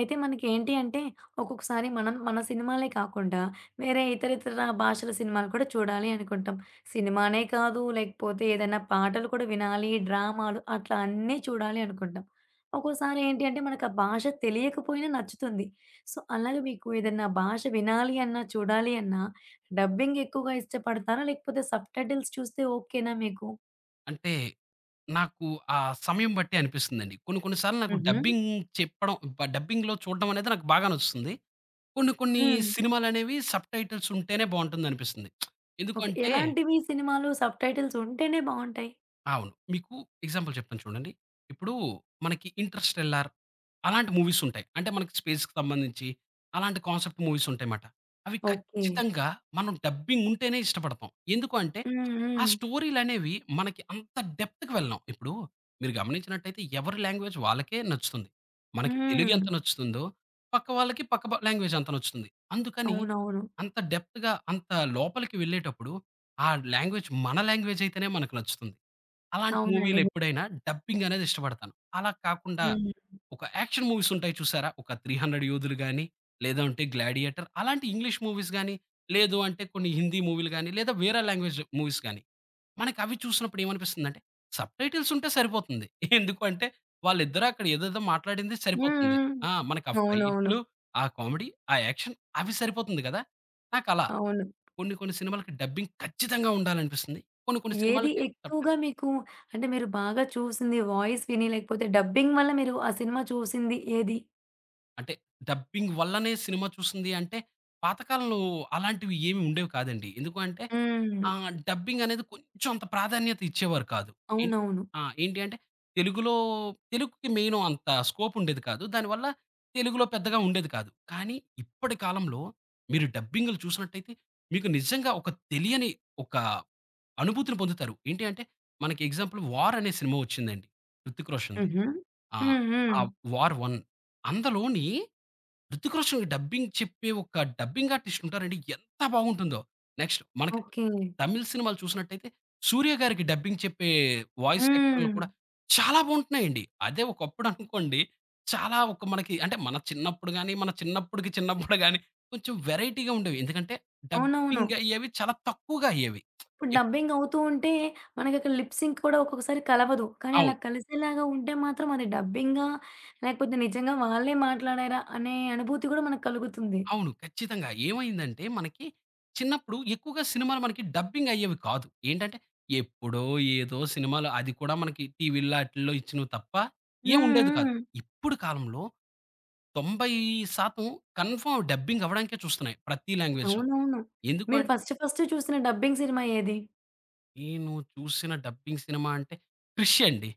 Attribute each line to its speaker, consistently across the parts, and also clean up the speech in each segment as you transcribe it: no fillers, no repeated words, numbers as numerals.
Speaker 1: అయితే మనకేంటి అంటే, ఒక్కొక్కసారి మనం మన సినిమాలే కాకుండా, వేరే ఇతర ఇతర భాషల సినిమాలు కూడా చూడాలి అనుకుంటాం. సినిమానే కాదు, లేకపోతే ఏదైనా పాటలు కూడా వినాలి, డ్రామాలు అట్లా అన్నీ చూడాలి అనుకుంటాం. ఒక్కోసారి ఏంటి అంటే, మనకు ఆ భాష తెలియకపోయినా నచ్చుతుంది. సో, అలాగే మీకు ఏదన్నా భాష వినాలి అన్నా, చూడాలి అన్నా డబ్బింగ్ ఎక్కువగా ఇష్టపడతారా? లేకపోతే సబ్‌టైటిల్స్ చూస్తే ఓకేనా మీకు?
Speaker 2: అంటే, నాకు ఆ సమయం బట్టి అనిపిస్తుందండి. కొన్ని కొన్ని సార్లు నాకు
Speaker 1: హుహు.
Speaker 2: డబ్బింగ్ చెప్పడం బ డబ్బింగ్‌లో చూడడం అనేది నాకు బాగా నచ్చుతుంది. కొన్ని కొన్ని
Speaker 1: హ్మ్.
Speaker 2: సినిమాలనేవి సబ్‌టైటిల్స్ ఉంటేనే బావుంటుందనిపిస్తుంది.
Speaker 1: ఓకే.
Speaker 2: ఎందుకంటే
Speaker 1: ఎలాంటివి సినిమాలు సబ్‌టైటిల్స్ ఉంటేనే బావుంటాయి?
Speaker 2: అవును. మీకు ఎగ్జాంపుల్ చెప్తాను చూడండి. ఇప్పుడు మనకి 'ఇంటర్‌స్టెల్లార్' అలాంటి మూవీస్ ఉంటాయి. అంటే మనకి స్పేస్‌కి సంబంధించి అలాంటి కాన్సెప్ట్ మూవీస్ ఉంటాయన్నమాట. అవి
Speaker 1: ఓకే.
Speaker 2: ఖచ్చితంగా మనం డబ్బింగ్ ఉంటేనే ఇష్టపడతాం. ఎందుకు అంటే
Speaker 1: హ్మ్.
Speaker 2: ఆ
Speaker 1: హ్మ్.
Speaker 2: స్టోరీలనేవి మనకి అంత డెప్త్‌కి వెళ్ళం. ఇప్పుడు మీరు గమనించినట్టయితే ఎవరి లాంగ్వేజ్ వాళ్ళకే నచ్చుతుంది. మనకి తెలుగు
Speaker 1: హ్మ్.
Speaker 2: ఎంత నచ్చుతుందో పక్క వాళ్ళకి పక్క లాంగ్వేజ్ అంత నచ్చుతుంది. అందుకని
Speaker 1: అవునవును.
Speaker 2: అంత డెప్త్‌గా అంత లోపలికి వెళ్ళేటప్పుడు ఆ లాంగ్వేజ్ మన లాంగ్వేజ్ అయితేనే మనకు నచ్చుతుంది. అలాంటి
Speaker 1: అవునండి. హ్మ్.
Speaker 2: మూవీలెప్పుడైనా డబ్బింగ్ అనేది ఇష్టపడతాను. అలా కాకుండా
Speaker 1: హ్మ్.
Speaker 2: ఒక యాక్షన్ మూవీస్ ఉంటాయి చూసారా? ఒక 300 యోధులు గాని, లేదంటే 'గ్లాడియేటర్' అలాంటి ఇంగ్లీష్ మూవీస్ గాని, లేదు అంటే కొన్ని హిందీ మూవీలు గాని, లేదా వేరే లాంగ్వేజ్ మూవీస్ గాని, మనకవి చూసినప్పుడు ఏమనిపిస్తుందంటే సబ్‌టైటిల్స్ ఉంటే సరిపోతుంది. ఎందుకు అంటే వాళ్ళిద్దరూ అక్కడ ఏదేదో మాట్లాడింది సరిపోతుంది.
Speaker 1: హ్మ్.
Speaker 2: ఆ! మనకా
Speaker 1: అవునవును.
Speaker 2: ఫైట్‌లు, ఆ కామెడీ, ఆ యాక్షన్ అవి సరిపోతుంది కదా! నాకలా
Speaker 1: అవును.
Speaker 2: కొన్ని కొన్ని సినిమాలకి డబ్బింగ్ ఖచ్చితంగా ఉండాలనిపిస్తుంది. కొన్ని కొన్ని
Speaker 1: ఏది
Speaker 2: సినిమాలకి సబ్
Speaker 1: ఎక్కువగా మీకు అంటే మీరు బాగా చూసింది వాయిస్ విని, లేకపోతే డబ్బింగ్ వల్ల మీరు ఆ సినిమా చూసింది ఏది?
Speaker 2: అంటే డబ్బింగ్ వల్లనే సినిమా చూసింది అంటే, పాతకాలంలో అలాంటివి ఏమి ఉండేవి కాదండి. ఎందుకు అంటే
Speaker 1: హ్మ్.
Speaker 2: డబ్బింగ్ అనేది కొంచెం అంత ప్రాధాన్యత ఇచ్చేవారు కాదు. ఎన్
Speaker 1: అవునవును.
Speaker 2: ఆ! ఏంటి అంటే తెలుగులో తెలుగుకి మెయిన్ అంత స్కోప్ ఉండేది కాదు. దానివల్ల తెలుగులో పెద్దగా ఉండేది కాదు. కానీ ఇప్పటి కాలంలో మీరు డబ్బింగ్‌లు చూసినట్టయితే మీకు నిజంగా ఒక తెలియని ఒక అనుభూతిని పొందుతారు. ఏంటి అంటే మనకి ఎగ్జాంపుల్ 'వార్' అనే సినిమా వచ్చిందండి. 'హృతిక్ రోషన్‌ది.'
Speaker 1: హుహు.
Speaker 2: ఆ!
Speaker 1: హ్మ్.
Speaker 2: ఆ
Speaker 1: హ్మ్.
Speaker 2: 'వార్ వన్' అందులోని 'హృతిక్ రోషన్‌కి' డబ్బింగ్ చెప్పే ఒక డబ్బింగ్ ఆర్టిస్ట్ ఉంటారండి. ఎంత బాగుంటుందో. నెక్స్ట్ మనకి
Speaker 1: ఓకే.
Speaker 2: తమిళ్ సినిమాలు చూసినట్టయితే 'సూర్య' గారికి డబ్బింగ్ చెప్పే వాయిస్ యాక్టర్‌లు
Speaker 1: హ్మ్.
Speaker 2: కూడా చాలా బాగుంటున్నాయండి. అదే ఒకప్పుడు అనుకోండి చాలా ఒక మనకి అంటే మన చిన్నప్పుడు గాని, మన చిన్నప్పుడుకి చిన్నప్పుడు గాని కొంచెం వెరైటీగా ఉండేవి. ఎందుకంటే
Speaker 1: అవునవును.
Speaker 2: డబ్బింగ్ అయ్యేవి చాలా తక్కువగా అయ్యేవి.
Speaker 1: ఇప్పుడు
Speaker 2: ఎక్
Speaker 1: డబ్బింగ్ అవుతూ ఉంటే, మనకక్కడ లిప్ సింక్ కూడా ఒక్కొక్కసారి కలవదు. కానీ అలా
Speaker 2: అవును.
Speaker 1: కలిసేలాగా ఉంటే మాత్రం అది డబ్బింగా? లేకపోతే నిజంగా వాళ్ళే మాట్లాడారా? అనే అనుభూతి కూడా మనకు కలుగుతుంది.
Speaker 2: అవును. ఖచ్చితంగా. ఏమైందంటే మనకి చిన్నప్పుడు ఎక్కువగా సినిమాలు మనకి డబ్బింగ్ అయ్యేవి కాదు. ఏంటంటే ఎప్పుడో ఏదో సినిమాలు అది కూడా మనకి టీవీల్లో ఆటిల్లో ఇచ్చినవి తప్ప
Speaker 1: హ్మ్.
Speaker 2: ఏం ఉండేది కాదు.
Speaker 1: హ్మ్.
Speaker 2: ఇప్పుడు కాలంలో 90% కన్ఫర్మ్ డబ్బింగ్ అవ్వడానికే చూస్తున్నాయి ప్రతి లాంగ్వేజ్‌లో.
Speaker 1: అవునవును.
Speaker 2: ఎందుకు
Speaker 1: మీరు
Speaker 2: అంటే
Speaker 1: ఫస్ట్ ఫస్ట్ చూసిన డబ్బింగ్ సినిమా ఏది?
Speaker 2: నేను చూసిన డబ్బింగ్ సినిమా అంటే 'క్రిష్' అండి.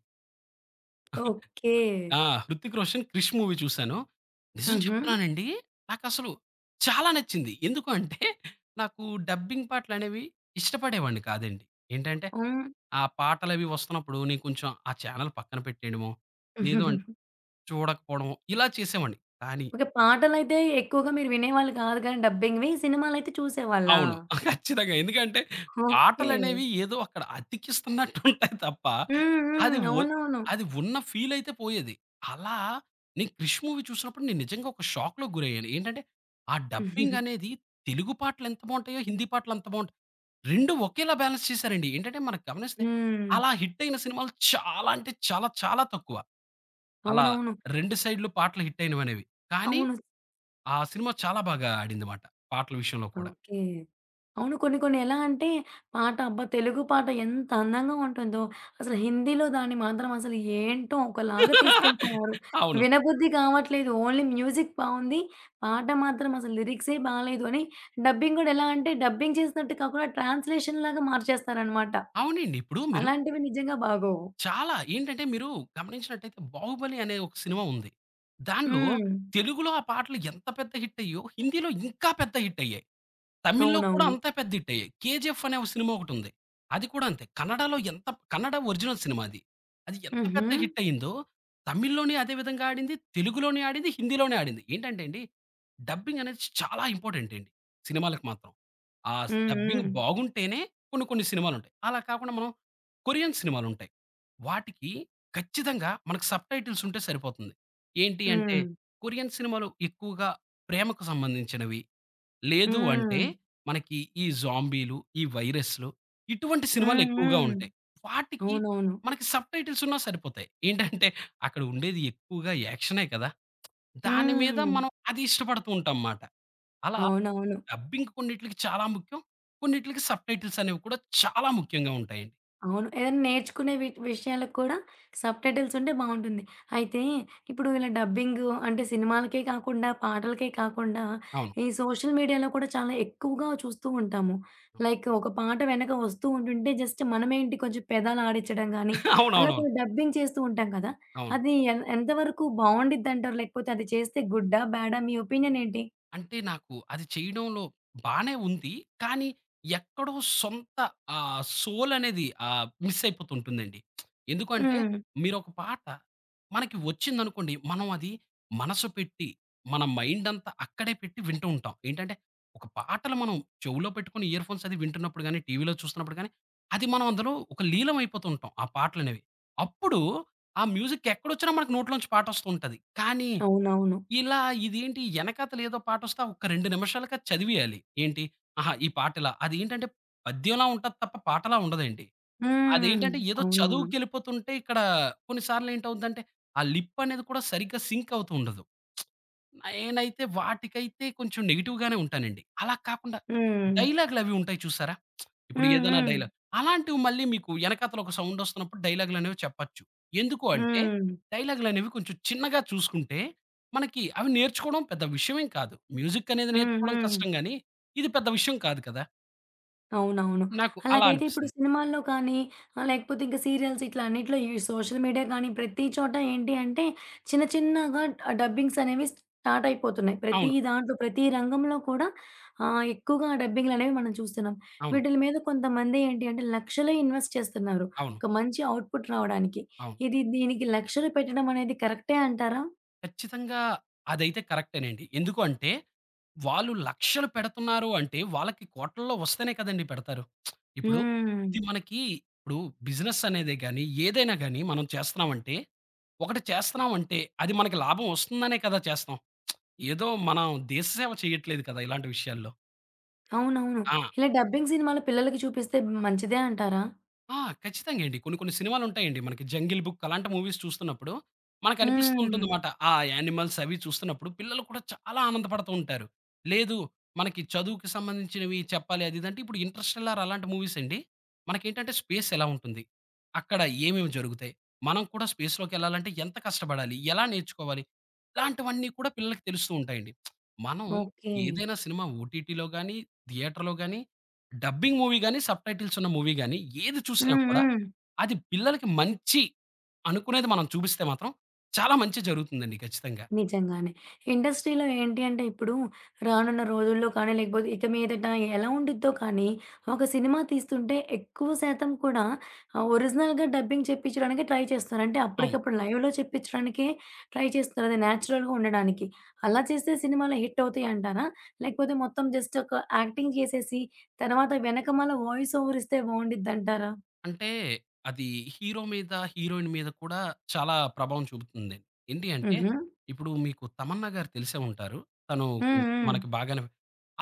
Speaker 1: ఓకే.
Speaker 2: ఆ! 'హృతిక్ రోషన్' 'క్రిష్' మూవీ చూసాను. నిజం
Speaker 1: హుహు.
Speaker 2: చెప్తున్నానండి నాకసలు చాలా నచ్చింది. ఎందుకు అంటే నాకు డబ్బింగ్ పాటలనేవి ఇష్టపడేవాడిని కాదండి. ఏంటంటే
Speaker 1: హ్మ్.
Speaker 2: ఆ పాటలవి వస్తున్నప్పుడు నేను కొంచెం ఆ ఛానెల్ పక్కన పెట్టేయడమో, లేదు అంటే చూడకపోవడమో ఇలా చేసేవాడిని. కానీ
Speaker 1: ఓకే. పాటలైతే ఎక్కువగా మీరు వినేవాళ్ళు కాదు కానీ డబ్బింగ్‌వి. సినిమాలైతే చూసేవాళ్ళా?
Speaker 2: అవును. ఖచ్చితంగా. ఎందుకంటే
Speaker 1: ఓకే.
Speaker 2: పాటలనేవి ఏదో అక్కడ అతికిస్తున్నట్టు ఉంటాయి తప్ప
Speaker 1: హ్మ్. హ్మ్.
Speaker 2: అది ఒ
Speaker 1: అవునవును.
Speaker 2: అది ఉన్న ఫీల్ అయితే పోయేది. అలా నేను 'క్రిష్' మూవీ చూసినప్పుడు నేను నిజంగా ఒక షాక్‌లోకి గురయ్యాను. ఏంటంటే ఆ డబ్బింగ్ అనేది తెలుగు పాటలు ఎంత బావుంటాయో, హిందీ పాటలు అంత బావుంటాయి. 2 ఒకేలా బ్యాలెన్స్ చేశారండి. ఏంటంటే మనం గమనిస్తే
Speaker 1: హ్మ్.
Speaker 2: అలా హిట్ అయిన సినిమాలు చాలా అంటే చాలా చాలా తక్కువ. అలా
Speaker 1: అవునవును.
Speaker 2: 2 సైడ్‌లు పాటలు హిట్ అయినవనేవి. కానీ
Speaker 1: అవును.
Speaker 2: ఆ సినిమా చాలా బాగా ఆడింది మాట పాటల విషయంలో కూడా.
Speaker 1: ఓకే. అవును. కొన్ని కొన్ని ఎలా అంటే పాట అబ్బా! తెలుగు పాట ఎంత అందంగా ఉంటుందో, అసలు హిందీలో దాన్ని మాత్రం అసలు ఏంటో ఒకలాగా తీసుకెళ్ళిపోయారు.
Speaker 2: అవును.
Speaker 1: వినబుద్ధి కావట్లేదు. ఓన్లీ మ్యూజిక్ బావుంది. పాట మాత్రం అసలు లిరిక్సే బాలేదు అని డబ్బింగ్ గూడా ఎలా అంటే డబ్బింగ్ చేసినట్టు కాకుండా ట్రాన్స్‌లేషన్‌లాగా మార్చేస్తారనమాట.
Speaker 2: అవునండి. ఇప్పుడు మీరు
Speaker 1: అలాంటివి నిజంగా బాగోవు.
Speaker 2: చాలా. ఏంటంటే మీరు గమనించినట్టయితే 'బాహుబలి' అనే ఒక సినిమా ఉంది. దానిలో
Speaker 1: హ్మ్.
Speaker 2: తెలుగులో ఆ పాటలు ఎంత పెద్ద హిట్ అయ్యాయో హిందీలో ఇంకా పెద్ద హిట్ అయ్యాయి. తమిళ్‌లో కూడా
Speaker 1: అవునవును.
Speaker 2: అంతే పెద్ద హిట్ అయ్యాయి. 'కేజీఎఫ్' అనే ఒక సినిమా ఒకటుంది. అది కూడా అంతే. కన్నడలో ఎంత కన్నడ ఒరిజినల్ సినిమా అది. అది ఎంత
Speaker 1: హుహు.
Speaker 2: పెద్ద హిట్ అయిందో తమిళ్‌లోని అదే విధంగా ఆడింది. తెలుగులోని ఆడింది. హిందీలోని ఆడింది. ఏంటంటే అండి డబ్బింగ్ అనేది చాలా ఇంపార్టెంట్ అండి సినిమాలకు మాత్రం. ఆ
Speaker 1: హ్మ్.
Speaker 2: డబ్బింగ్
Speaker 1: హ్మ్.
Speaker 2: బాగుంటేనే కొన్ని కొన్ని సినిమాలుంటాయి. అలా కాకుండా మనం కొరియన్ సినిమాలుంటాయి. వాటికి ఖచ్చితంగా మనకు సబ్‌టైటిల్స్ ఉంటే సరిపోతుంది. ఏంటి అంటే,
Speaker 1: హ్మ్.
Speaker 2: కొరియన్ సినిమాలు ఎక్కువగా ప్రేమకు సంబంధించినవి. లేదు
Speaker 1: హ్మ్.
Speaker 2: అంటే మనకి ఈ జాంబీలు, ఈ వైరస్‌లు ఇటువంటి సినిమాలు
Speaker 1: హ్మ్.
Speaker 2: ఎక్కువగా
Speaker 1: హ్మ్.
Speaker 2: ఉంటాయి. వాటికి
Speaker 1: అవునవును.
Speaker 2: మనకి సబ్‌టైటిల్స్ ఉన్నా సరిపోతాయి. ఏంటంటే అక్కడ ఉండేది ఎక్కువగా యాక్షనే కదా! దాని మీద
Speaker 1: హ్మ్.
Speaker 2: మనం అది ఇష్టపడుతూ ఉంటాం మాట. అలా
Speaker 1: అవునవును.
Speaker 2: డబ్బింగ్ కొన్నిట్లకి చాలా ముఖ్యం. కొన్నిట్లకి సబ్‌టైటిల్స్ అనేవి కూడా చాలా ముఖ్యంగా ఉంటాయండి.
Speaker 1: అవును. ఏదైనా నేర్చుకునే విషయాలకు కూడా సబ్ టైటిల్స్ ఉంటే బావుంటుంది. అయితే ఇప్పుడు ఇలా డబ్బింగు అంటే సినిమాలకే కాకుండా, పాటలకే కాకుండా
Speaker 2: అవును.
Speaker 1: ఈ సోషల్ మీడియాలో కూడా చాలా ఎక్కువగా చూస్తూ ఉంటాము.
Speaker 2: అవును
Speaker 1: లైక్ ఒక పాట వెనక వస్తూ ఉంటుంటే జస్ట్ మనమేంటి కొంచెం పెదాలు ఆడించడం గానీ, అలా
Speaker 2: అవునవునవును.
Speaker 1: కొన్ని డబ్బింగ్ చేస్తూ ఉంటాం కదా!
Speaker 2: అవును.
Speaker 1: అది ఎంతవరకు బావుండిద్దంటారు? లేకపోతే అది చేస్తే గుడ్డా? బ్యాడా? మీ ఒపీనియన్ ఏంటి?
Speaker 2: అంటే నాకు అది చేయడంలో బానే ఉంది. కానీ ఎక్కడో సొంత సోల్ అనేది మిస్ అయిపోతుంటుందండి. ఎందుకంటే
Speaker 1: హ్మ్.
Speaker 2: మీరొక పాట మనకి వచ్చిందనుకోండి, మనం అది మనసు పెట్టి, మన మైండ్ అంతా అక్కడే పెట్టి వింటూ ఉంటాం. ఏంటంటే ఒక పాటలు మనం చెవులో పెట్టుకొని ఇయర్ ఫోన్స్ అది వింటున్నప్పుడు గాని, టీవీలో చూస్తున్నప్పుడు గాని, అది మనం అందులో ఒక లీలం అయిపోతూ ఉంటాం ఆ పాటలనేవి. అప్పుడు ఆ మ్యూజిక్ ఎక్కడొచ్చినా మనకు నోట్లోంచి పాటొస్తూ ఉంటది. కానీ
Speaker 1: అవునవును.
Speaker 2: ఇలా ఇదేంటి యెనకాతల ఏదో పాటొస్తే ఒక్క 2 నిమిషాలకి అది చదివేయాలి. ఏంటి, ఆహా! ఈ పాట ఇలా. అదేంటంటే పద్యంలా ఉంటది తప్ప పాటలా ఉండదండి.
Speaker 1: హ్మ్.
Speaker 2: అదేంటంటే ఏదో
Speaker 1: అవునవును.
Speaker 2: చదువుకెళ్ళిపోతుంటే ఇక్కడ కొన్ని సార్లేంటవుద్దంటే ఆ లిప్ అనేది కూడా సరిగ్గా సింక్ అవుతూ ఉండదు. నేనైతే వాటికైతే కొంచెం నెగెటివ్‌గానే ఉంటానండి. అలా కాకుండా
Speaker 1: హ్మ్.
Speaker 2: డైలాగులవి ఉంటాయి చూసారా? ఇప్పుడు
Speaker 1: హ్మ్.
Speaker 2: ఏదైనా
Speaker 1: హ్మ్.
Speaker 2: డైలాగ్. అలాంటివి మళ్ళీ మీకు ఎనకాతల ఒక సౌండొస్తున్నప్పుడు డైలాగులనేవి చెప్పచ్చు. ఎందుకు అంటే,
Speaker 1: హ్మ్.
Speaker 2: డైలాగులనేవి కొంచెం చిన్నగా చూసుకుంటే, మనకి అవి నేర్చుకోవడం పెద్ద విషయమేం కాదు. మ్యూజిక్కనేది
Speaker 1: హ్మ్.
Speaker 2: నేర్చుకోవడం
Speaker 1: హ్మ్.
Speaker 2: కష్టం గానీ, ఇది పెద్ద విషయం కాదు కదా!
Speaker 1: అవునవును.
Speaker 2: నాకు అలా
Speaker 1: అలాగైతే ఇప్పుడు
Speaker 2: అనిపిస్తుంది.
Speaker 1: సినిమాల్లో కానీ, లేకపోతే ఇంకా సీరియల్స్ ఇట్లా అన్నిట్లో ఈ సోషల్ మీడియా కానీ ప్రతి చోట ఏంటి అంటే చిన్న చిన్నగా డబ్బింగ్స్ అనేవి స్టార్ట్ అయిపోతున్నాయి. ప్రతి
Speaker 2: అవును.
Speaker 1: దాంట్లో ప్రతి రంగంలో కూడా ఎక్కువగా డబ్బింగ్‌లనేవి మనం చూస్తున్నాం.
Speaker 2: అవును.
Speaker 1: వీటిలి మీద కొంతమంది ఏంటి అంటే లక్షలే ఇన్వెస్ట్ చేస్తున్నారు.
Speaker 2: అవును.
Speaker 1: ఒక మంచి అవుట్‌పుట్ రావడానికి.
Speaker 2: అవును.
Speaker 1: ఇది దీనికి లక్షలు పెట్టడం అనేది కరెక్టే అంటారా?
Speaker 2: ఖచ్చితంగా అదైతే కరెక్టేనండి. ఎందుకు అంటే, వాళ్ళు లక్షలు పెడుతున్నారు అంటే, వాళ్ళకి కోట్లల్లో వస్తేనే కదండీ పెడతారు. ఇప్పుడు
Speaker 1: హ్మ్.
Speaker 2: ఇది మనకి ఇప్పుడు బిజినెస్ అనేదే గాని, ఏదైనా గాని మనం చేస్తున్నామంటే, ఒకటి చేస్తున్నామంటే, అది మనకి లాభం వస్తుందనే కదా చేస్తాం. ఏదో మనం దేశ సేవ చేయట్లేదు కదా! ఇలాంటి విషయాల్లో.
Speaker 1: అవునవును.
Speaker 2: ఆ!
Speaker 1: ఇలా డబ్బింగ్ సినిమాలు పిల్లలకి చూపిస్తే మంచిదే అంటారా?
Speaker 2: ఆ! ఖచ్చితంగా అండి. కొన్ని కొన్ని సినిమాలుంటాయండి. మనకి 'జంగిల్ బుక్' అలాంటి మూవీస్ చూస్తున్నప్పుడు మనకనిపిస్తూ
Speaker 1: హ్మ్.
Speaker 2: ఉంటుందమాట. ఆ యానిమల్స్ అవి చూస్తున్నప్పుడు పిల్లలు కూడా చాలా ఆనందపడుతూ ఉంటారు. లేదు మనకి చదువుకి సంబంధించినవి చెప్పాలి అది ఇది అంటే ఇప్పుడు 'ఇంటర్‌స్టెల్లార్' అలాంటి మూవీస్ అండి. మనకేంటంటే స్పేస్ ఎలా ఉంటుంది? అక్కడ ఏమేమి జరుగుతాయి? మనం కూడా స్పేస్‌లోకెళ్ళాలంటే ఎంత కష్టపడాలి? ఎలా నేర్చుకోవాలి? ఇలాంటివన్నీ కూడా పిల్లలకి తెలుస్తూ ఉంటాయండి. మనం
Speaker 1: ఓకే.
Speaker 2: ఏదైనా సినిమా ఓటీటీలో గాని, థియేటర్‌లో గాని డబ్బింగ్ మూవీ గాని, సబ్‌టైటిల్స్ ఉన్న మూవీ గాని ఏది చూసినా
Speaker 1: హ్మ్.
Speaker 2: కూడా
Speaker 1: హ్మ్.
Speaker 2: అది పిల్లలకి మంచి అనుకునేది మనం చూపిస్తే మాత్రం చాలా మంచి జరుగుతుందండి ఖచ్చితంగా.
Speaker 1: నిజంగానే. ఇండస్ట్రీ‌లో ఏంటి అంటే ఇప్పుడు రానున్న రోజుల్లో కానీ, లేకపోతే ఇక మీదట ఎలా ఉండిద్దో కానీ, ఒక సినిమా తీస్తుంటే ఎక్కువ శాతం కూడా ఒరిజినల్‌గా డబ్బింగ్ చెప్పించడానికి ట్రై చేస్తారు. అంటే
Speaker 2: అవును.
Speaker 1: అప్పటికప్పుడు లైవ్‌లో చెప్పించడానికే ట్రై చేస్తారు. అది నేచురల్‌గా ఉండడానికి. అలా చేస్తే సినిమాలు హిట్ అవుతాయంటారా? లేకపోతే మొత్తం జస్ట్ ఒక యాక్టింగ్ చేసేసి తర్వాత వెనకమాల వాయిస్ ఓవర్ ఇస్తే బావుండిద్దంటారా?
Speaker 2: అంటే అది హీరో మీద, హీరోయిన్ మీద కూడా చాలా ప్రభావం చూపుతుంది. ఏంటి అంటే
Speaker 1: హుహు.
Speaker 2: ఇప్పుడు మీకు 'తమన్నా' గారు తెలిసే ఉంటారు. తను కొం
Speaker 1: హ్మ్.
Speaker 2: మనకి బాగానే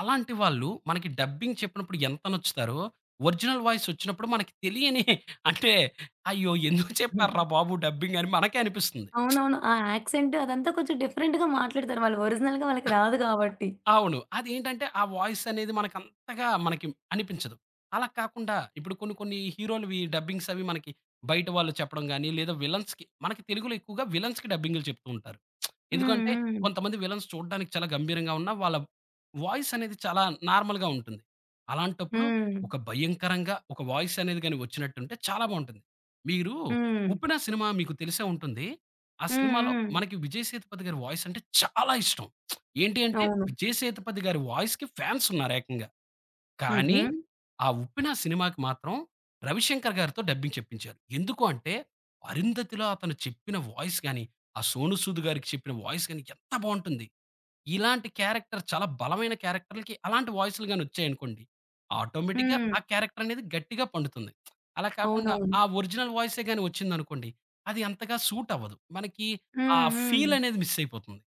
Speaker 2: అలాంటి వాళ్ళు మనకి డబ్బింగ్ చెప్పినప్పుడు ఎంత నొచ్చుతారో, ఒరిజినల్ వాయిస్ వచ్చినప్పుడు మనకి తెలియని అంటే అయ్యో! ఎందుకు
Speaker 1: హ్మ్.
Speaker 2: చెప్పార్రా బాబు డబ్బింగ్ అని మనకే అనిపిస్తుంది.
Speaker 1: అవునవును. ఆ యాక్సెంట్ అదంతా కొంచెం డిఫరెంట్‌గా మాట్లాడతారు. వాళ్ళు ఒరిజినల్‌గా వాళ్ళకి రాదు కాబట్టి.
Speaker 2: అవును. అదేంటంటే ఆ వాయిస్ అనేది మనకంతగా మనకి అనిపించదు. అలా కాకుండా ఇప్పుడు కొన్ని కొన్ని హీరోలువి డబ్బింగ్స్ అవి మనకి బయట వాళ్ళు చెప్పడం గాని, లేదా విలన్స్‌కి మనకి తెలుగులో ఎక్కువగా విలన్స్‌కి డబ్బింగులు చెప్తూ ఉంటారు.
Speaker 1: హ్మ్.
Speaker 2: ఎందుకంటే
Speaker 1: హ్మ్.
Speaker 2: కొంతమంది విలన్స్ చూడడానికి చాలా గంభీరంగా ఉన్నా వాళ్ళ వాయిస్ అనేది చాలా నార్మల్‌గా ఉంటుంది. అలాంటప్పుడు
Speaker 1: హ్మ్.
Speaker 2: ఒక భయంకరంగా ఒక వాయిస్ అనేది గాని వచ్చినట్టుంటే చాలా బావుంటుంది. మీరు
Speaker 1: హ్మ్.
Speaker 2: 'ఉప్పెన' సినిమా మీకు తెలిసే ఉంటుంది. ఆ
Speaker 1: హ్మ్.
Speaker 2: సినిమాలో
Speaker 1: హ్మ్.
Speaker 2: మనకి విజయ్ సేతుపతి గారి వాయిస్ అంటే చాలా ఇష్టం. ఏంటి అంటే,
Speaker 1: అవును.
Speaker 2: 'విజయ్ సేతుపతి' గారి వాయిస్‌కి ఫ్యాన్స్ ఉన్నారు ఏకంగా. కానీ,
Speaker 1: హుహు.
Speaker 2: ఆ 'ఉప్పెన' సినిమాకి మాత్రం రవిశంకర్ గారితో డబ్బింగ్ చెప్పించారు. ఎందుకు అంటే, 'అరుంధతిలో' అతను చెప్పిన వాయిస్ గాని, ఆ 'సోనూ సూద్' గారికి చెప్పిన వాయిస్ గాని ఎంత బావుంటుంది. ఇలాంటి క్యారెక్టర్ చాలా బలమైన క్యారెక్టర్‌లకి అలాంటి వాయిస్‌లు గాని వచ్చాయనుకోండి, ఆటోమేటిక్‌గా
Speaker 1: హ్మ్.
Speaker 2: ఆ క్యారెక్టర్ అనేది గట్టిగా పండుతుంది. అలా కాకుండా
Speaker 1: అవునవును.
Speaker 2: ఆ ఒరిజినల్ వాయిసే గాని వచ్చిందనుకోండి, అది అంతగా సూట్ అవ్వదు. మనకి ఆ
Speaker 1: హ్మ్. హ్మ్.
Speaker 2: ఫీల్ అనేది మిస్ అయిపోతుంది.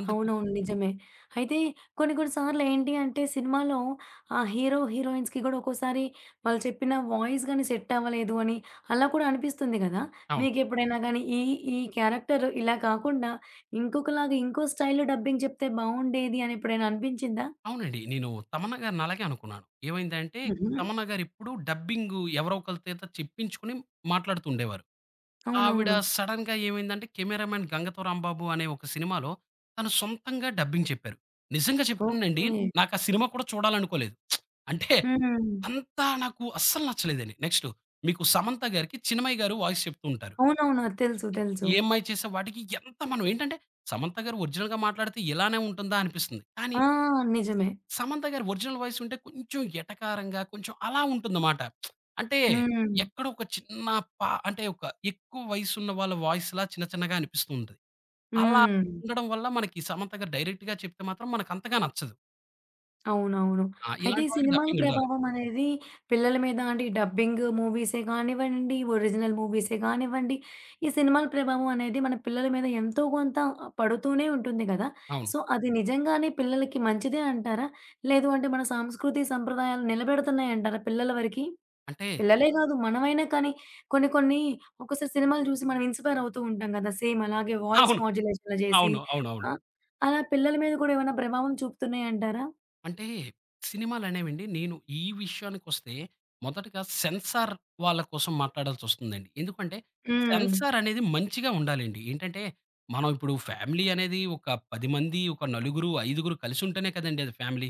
Speaker 2: అందుకు
Speaker 1: అవునవును. నిజమే. అయితే కొన్ని కొన్ని సార్లు ఏంటి అంటే సినిమాలో ఆ హీరో, హీరోయిన్స్‌కి గూడా ఒక్కోసారి వాళ్ళు చెప్పిన వాయిస్ గాని సెట్ అవ్వలేదు అని అలా కూడా అనిపిస్తుంది గదా!
Speaker 2: అవును.
Speaker 1: మీకెప్పుడైనా గానీ ఈ ఈ క్యారెక్టర్ ఇలా కాకుండా ఇంకొకలాగా ఇంకో స్టైల్‌లో డబ్బింగ్ చెప్తే బావుండేది అని ఎప్పుడైనా అనిపించిందా?
Speaker 2: అవునండి. నేను తమన్నా గారిని అలాగే అనుకున్నాను. ఏమైందంటే,
Speaker 1: హుహు.
Speaker 2: తమన్నా గారిప్పుడు డబ్బింగు ఎవరో ఒకళ్ళ చేత చెప్పించుకొని మాట్లాడుతుండేవారు. ఆవిడ
Speaker 1: అవునవును.
Speaker 2: సడెన్‌గా ఏమైందంటే, 'కెమెరామన్ గంగతో రాంబాబు' అనే ఒక సినిమాలో తను సొంతంగా డబ్బింగ్ చెప్పారు. నిజంగా చెప్తానండి
Speaker 1: ఓకే.
Speaker 2: నాకు ఆ సినిమా కూడా చూడాలనుకోలేదు. అంటే
Speaker 1: హ్మ్.
Speaker 2: అంతా నాకు అస్సలు నచ్చలేదండి. నెక్స్టు మీకు 'సమంత' గారికి చిన్మయి గారు వాయిస్ చెప్తూ ఉంటారు.
Speaker 1: అవునవును. అది తెలుసు. తెలుసు.
Speaker 2: ఏ అమ్మాయి చేసే వాటికి ఎంత మనం ఏంటంటే, సమంత గారు ఒరిజినల్‌గా మాట్లాడితే ఇలానే ఉంటుందా అనిపిస్తుంది. కానీ
Speaker 1: ఆ! నిజమే.
Speaker 2: సమంత గారి ఒరిజినల్ వాయిస్ ఉంటే కొంచెం ఎటకారంగా, కొంచెం అలా ఉంటుందమాట. అంటే
Speaker 1: హ్మ్.
Speaker 2: ఎక్కడో ఒక చిన్న అంటే ఒక ఎక్కువ వయసున్న వాళ్ళ వాయిస్‌లా చిన్న చిన్నగా అనిపిస్తూ ఉంటది. అలా
Speaker 1: హ్మ్.
Speaker 2: ఉండడం వల్ల మనకి సమంత గారు డైరెక్ట్‌గా చెప్తే మాత్రం మనకంతగా నచ్చదు.
Speaker 1: అవునవును.
Speaker 2: ఆ!
Speaker 1: అయితే ఈ
Speaker 2: ఇలాంటి వాళ్ళకి
Speaker 1: సినిమాల
Speaker 2: డబ్బింగ్ ఉండాలి.
Speaker 1: ప్రభావం అనేది పిల్లల మీద అంటే ఈ డబ్బింగ్ మూవీసే కానివ్వండి, ఒరిజినల్ మూవీసే కానివ్వండి, ఈ సినిమాల ప్రభావం అనేది మన పిల్లల మీద ఎంతో కొంత పడుతూనే ఉంటుంది గదా!
Speaker 2: అవును.
Speaker 1: సో, అది నిజంగానే పిల్లలకి మంచిదే అంటారా? లేదు అంటే మన సంస్కృతి, సంప్రదాయాలు నిలబెడుతున్నాయంటారా పిల్లల వరకి?
Speaker 2: అంటే
Speaker 1: పిల్లలే గాదు మనమైనా కానీ కొన్ని కొన్ని ఒక్కోసారి సినిమాలు చూసి మనం ఇన్‌స్పైర్ అవుతూ ఉంటాం గదా! సేమ్ అలాగే వాయిస్
Speaker 2: అవును.
Speaker 1: మాడ్యులేషన్‌లా జేసి
Speaker 2: అవును. అవునవును.
Speaker 1: ఆహ్, అలా పిల్లల మీద కూడా ఏమైనా ప్రభావం చూపుతున్నాయంటారా?
Speaker 2: అంటే సినిమాలనేవండి నేను ఈ విషయానికొస్తే మొదటగా సెన్సార్ వాళ్ళ కోసం మాట్లాడాల్సొస్తుందండి. ఎందుకంటే
Speaker 1: హ్మ్.
Speaker 2: సెన్సార్ అనేది మంచిగా ఉండాలండి. ఏంటంటే మనం ఇప్పుడు ఫ్యామిలీ అనేది ఒక 10 మంది, ఒక నలుగురు, ఐదుగురు కలిసుంటేనే కదండీ అది ఫ్యామిలీ.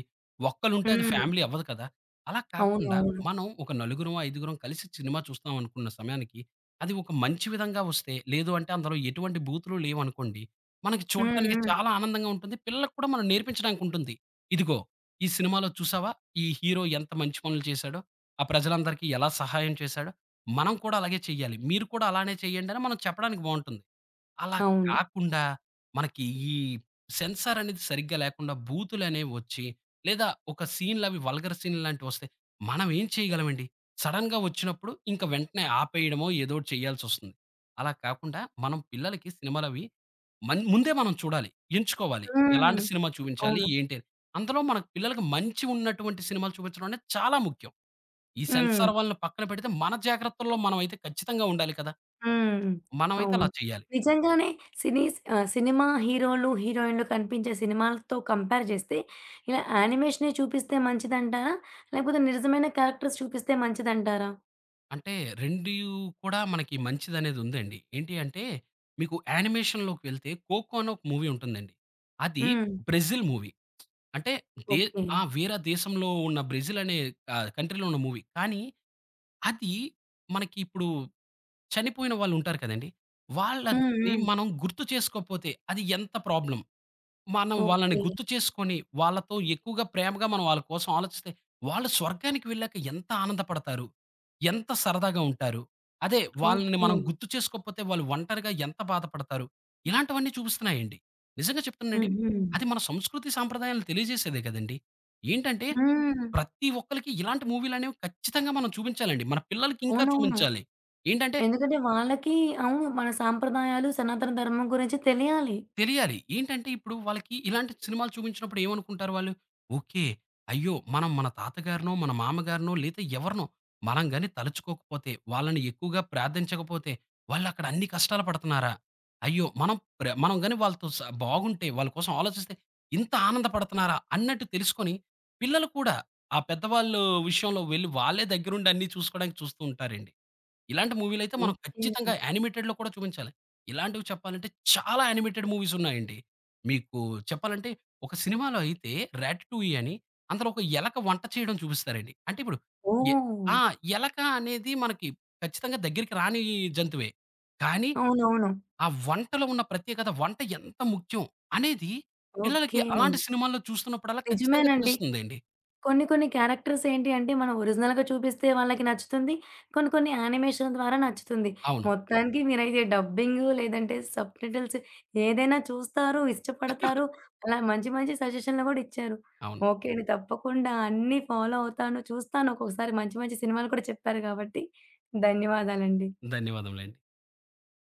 Speaker 2: ఒక్కలుంటే అది
Speaker 1: హ్మ్.
Speaker 2: ఫ్యామిలీ అవ్వదు కదా! అలా
Speaker 1: అవును.
Speaker 2: కాకుండా
Speaker 1: అవును.
Speaker 2: మనం ఒక నలుగురం, ఐదుగురం కలిసి సినిమా చూస్తాం అనుకున్న సమయానికి అది ఒక మంచి విధంగా వస్తే, లేదు అంటే అందులో ఎటువంటి బూతులు లేవనుకోండి, మనకి
Speaker 1: హ్మ్.
Speaker 2: చూడడానికి
Speaker 1: హ్మ్.
Speaker 2: చాలా ఆనందంగా ఉంటుంది. పిల్లలకి కూడా మనం నేర్పించడానికుంటుంది. ఇదిగో ఈ సినిమాలో చూసావా? ఈ హీరో ఎంత మంచి పనులు చేశాడో, ఆ ప్రజలందరికీ ఎలా సహాయం చేశాడో, మనం కూడా అలాగే చేయాలి. మీరు కూడా అలానే చేయండి అని మనం చెప్పడానికి బావుంటుంది. అలా
Speaker 1: అవును.
Speaker 2: కాకుండా మనకి ఈ సెన్సార్ అనేది సరిగ్గా లేకుండా బూతులనేవి వచ్చి, లేదా ఒక సీన్‌లవి వల్గర్ సీన్ లాంటివొస్తే మనం ఏం చేయగలమండి? సడెన్‌గా వచ్చినప్పుడు ఇంక వెంటనే ఆపేయడమో ఏదోటి చేయాల్సొస్తుంది. అలా కాకుండా మనం పిల్లలకి సినిమాలవి ముందే మనం చూడాలి. ఎంచుకోవాలి.
Speaker 1: హ్మ్.
Speaker 2: ఎలాంటి సినిమా చూపించాలి?
Speaker 1: అవును.
Speaker 2: ఏంటి అని? అందులో మన పిల్లలకి మంచి ఉన్నటువంటి సినిమాలు చూపించడం అనేది చాలా ముఖ్యం. ఈ
Speaker 1: హ్మ్.
Speaker 2: సెన్సార్ వాళ్ళని పక్కన పెడితే మన జాగ్రత్తల్లో మనమైతే ఖచ్చితంగా ఉండాలి కదా!
Speaker 1: హ్మ్.
Speaker 2: మనమైతే
Speaker 1: అవును.
Speaker 2: అలా చేయాలి.
Speaker 1: నిజంగానే సినీ ఆహ్, సినిమా హీరోలు, హీరోయిన్‌లు కనిపించే సినిమాలతో కంపేర్ చేస్తే, ఇలా యానిమేషనే చూపిస్తే మంచిదంటారా? లేకపోతే నిజమైన క్యారెక్టర్స్ చూపిస్తే మంచిదంటారా?
Speaker 2: అంటే 2 కూడా మనకి మంచిదనేది ఉందండి. ఏంటి అంటే, మీకు యానిమేషన్‌లోకి వెళ్తే 'కోకో' అని ఒక మూవీ ఉంటుందండి. అది
Speaker 1: హ్మ్.
Speaker 2: Brazil movie. అంటే దే
Speaker 1: ఓకే.
Speaker 2: ఆ! వేరే దేశంలో ఉన్న బ్రెజిల్ అనే కంట్రీలో ఉన్న మూవీ. కానీ అది మనకి ఇప్పుడు చనిపోయిన వాళ్ళు ఉంటారు కదండీ!
Speaker 1: హ్మ్.
Speaker 2: వాళ్ళని
Speaker 1: హ్మ్.
Speaker 2: మనం గుర్తు చేసుకోకపోతే అది ఎంత ప్రాబ్లమ్. మనం వాళ్ళని
Speaker 1: ఓకే.
Speaker 2: గుర్తు చేసుకొని, వాళ్ళతో ఎక్కువగా ప్రేమగా మనం వాళ్ళ కోసం ఆలోచిస్తే, వాళ్ళు స్వర్గానికి వెళ్ళాక ఎంత ఆనందపడతారు? ఎంత సరదాగా ఉంటారు? అదే వాళ్ళని
Speaker 1: ఓకే.
Speaker 2: మనం గుర్తు చేసుకోకపోతే వాళ్ళు ఒంటరిగా ఎంత బాధపడతారు? ఇలాంటివన్నీ చూపిస్తున్నాయండి. నిజంగా చెప్తున్నానండి.
Speaker 1: హుహు.
Speaker 2: అది మన సంస్కృతి సాంప్రదాయాలను తెలియజేసేదే కదండీ! ఏంటంటే
Speaker 1: హ్మ్.
Speaker 2: ప్రతి ఒక్కళ్ళకి ఇలాంటి మూవీలనేవి ఖచ్చితంగా మనం చూపించాలండి. మన పిల్లలకి ఇంకా
Speaker 1: అవునవును.
Speaker 2: చూపించాలి. ఏంటంటే
Speaker 1: ఎందుకంటే వాళ్ళకి అవును. మన సాంప్రదాయాలు, సనాతన ధర్మం గురించి తెలియాలి.
Speaker 2: తెలియాలి. ఏంటంటే ఇప్పుడు వాళ్ళకి ఇలాంటి సినిమాలు చూపించినప్పుడు ఏమనుకుంటారు వాళ్ళు? ఓకే. అయ్యో! మనం మన తాతగారినో, మన మామగారినో లేతే ఎవరినో మనం గాని తలుచుకోకపోతే, వాళ్ళని ఎక్కువగా ప్రార్థించకపోతే, వాళ్ళక్కడ అన్ని కష్టాలు పడుతున్నారా? అయ్యో! మనం గాని వాళ్ళతో బాగుంటే, వాళ్ళ కోసం ఆలోచిస్తే ఇంత ఆనందపడుతున్నారా? అన్నట్టు తెలుసుకొని పిల్లలు కూడా ఆ పెద్దవాళ్ళు విషయంలో వెళ్లి వాళ్ళే దగ్గరుండి అన్నీ చూసుకోవడానికి చూస్తూ ఉంటారండి. ఇలాంటి మూవీలైతే మనం
Speaker 1: ఓకే.
Speaker 2: ఖచ్చితంగా యానిమేటెడ్‌లో కూడా చూపించాలి. ఇలాంటివి చెప్పాలంటే చాలా యానిమేటెడ్ మూవీస్ ఉన్నాయండి. మీకు చెప్పాలంటే ఒక సినిమాలో అయితే 'రాటటూయి' అని అందులో ఒక ఎలక వంట చేయడం చూపిస్తారండి. అంటే ఇప్పుడు ఎ
Speaker 1: ఓహ్!
Speaker 2: ఆ! ఎలక అనేది మనకి ఖచ్చితంగా దగ్గరికి రాని జంతువే. కానీ
Speaker 1: అవునవును.
Speaker 2: ఆ వంటలో ఉన్న ప్రత్యేకత, వంట ఎంత ముఖ్యం అనేది పిల్లలకి
Speaker 1: ఓకే.
Speaker 2: అలాంటి సినిమాల్లో చూస్తున్నప్పుడల్లా ఖచ్చితంగా
Speaker 1: నిజమేనండి.
Speaker 2: తెలుస్తుందండి.
Speaker 1: కొన్ని కొన్ని క్యారెక్టర్స్ ఏంటి అంటే మనం ఒరిజినల్‌గా చూపిస్తే వాళ్ళకి నచ్చుతుంది. కొన్ని కొన్ని యానిమేషన్ ద్వారా నచ్చుతుంది.
Speaker 2: అవును.
Speaker 1: మొత్తానికి మీరైతే డబ్బింగు లేదంటే సబ్‌టైటిల్స్ ఏదైనా చూస్తారు, ఇష్టపడతారు. అలా మంచి మంచి సజెషన్‌లు గూడా ఇచ్చారు.
Speaker 2: అవును.
Speaker 1: ఓకే అండి. తప్పకుండా అన్నీ ఫాలో అవుతాను. చూస్తాను. ఒక్కొక్కసారి మంచి మంచి సినిమాలు కూడా చెప్పారు కాబట్టి ధన్యవాదాలండి.
Speaker 2: ధన్యవాదములండి.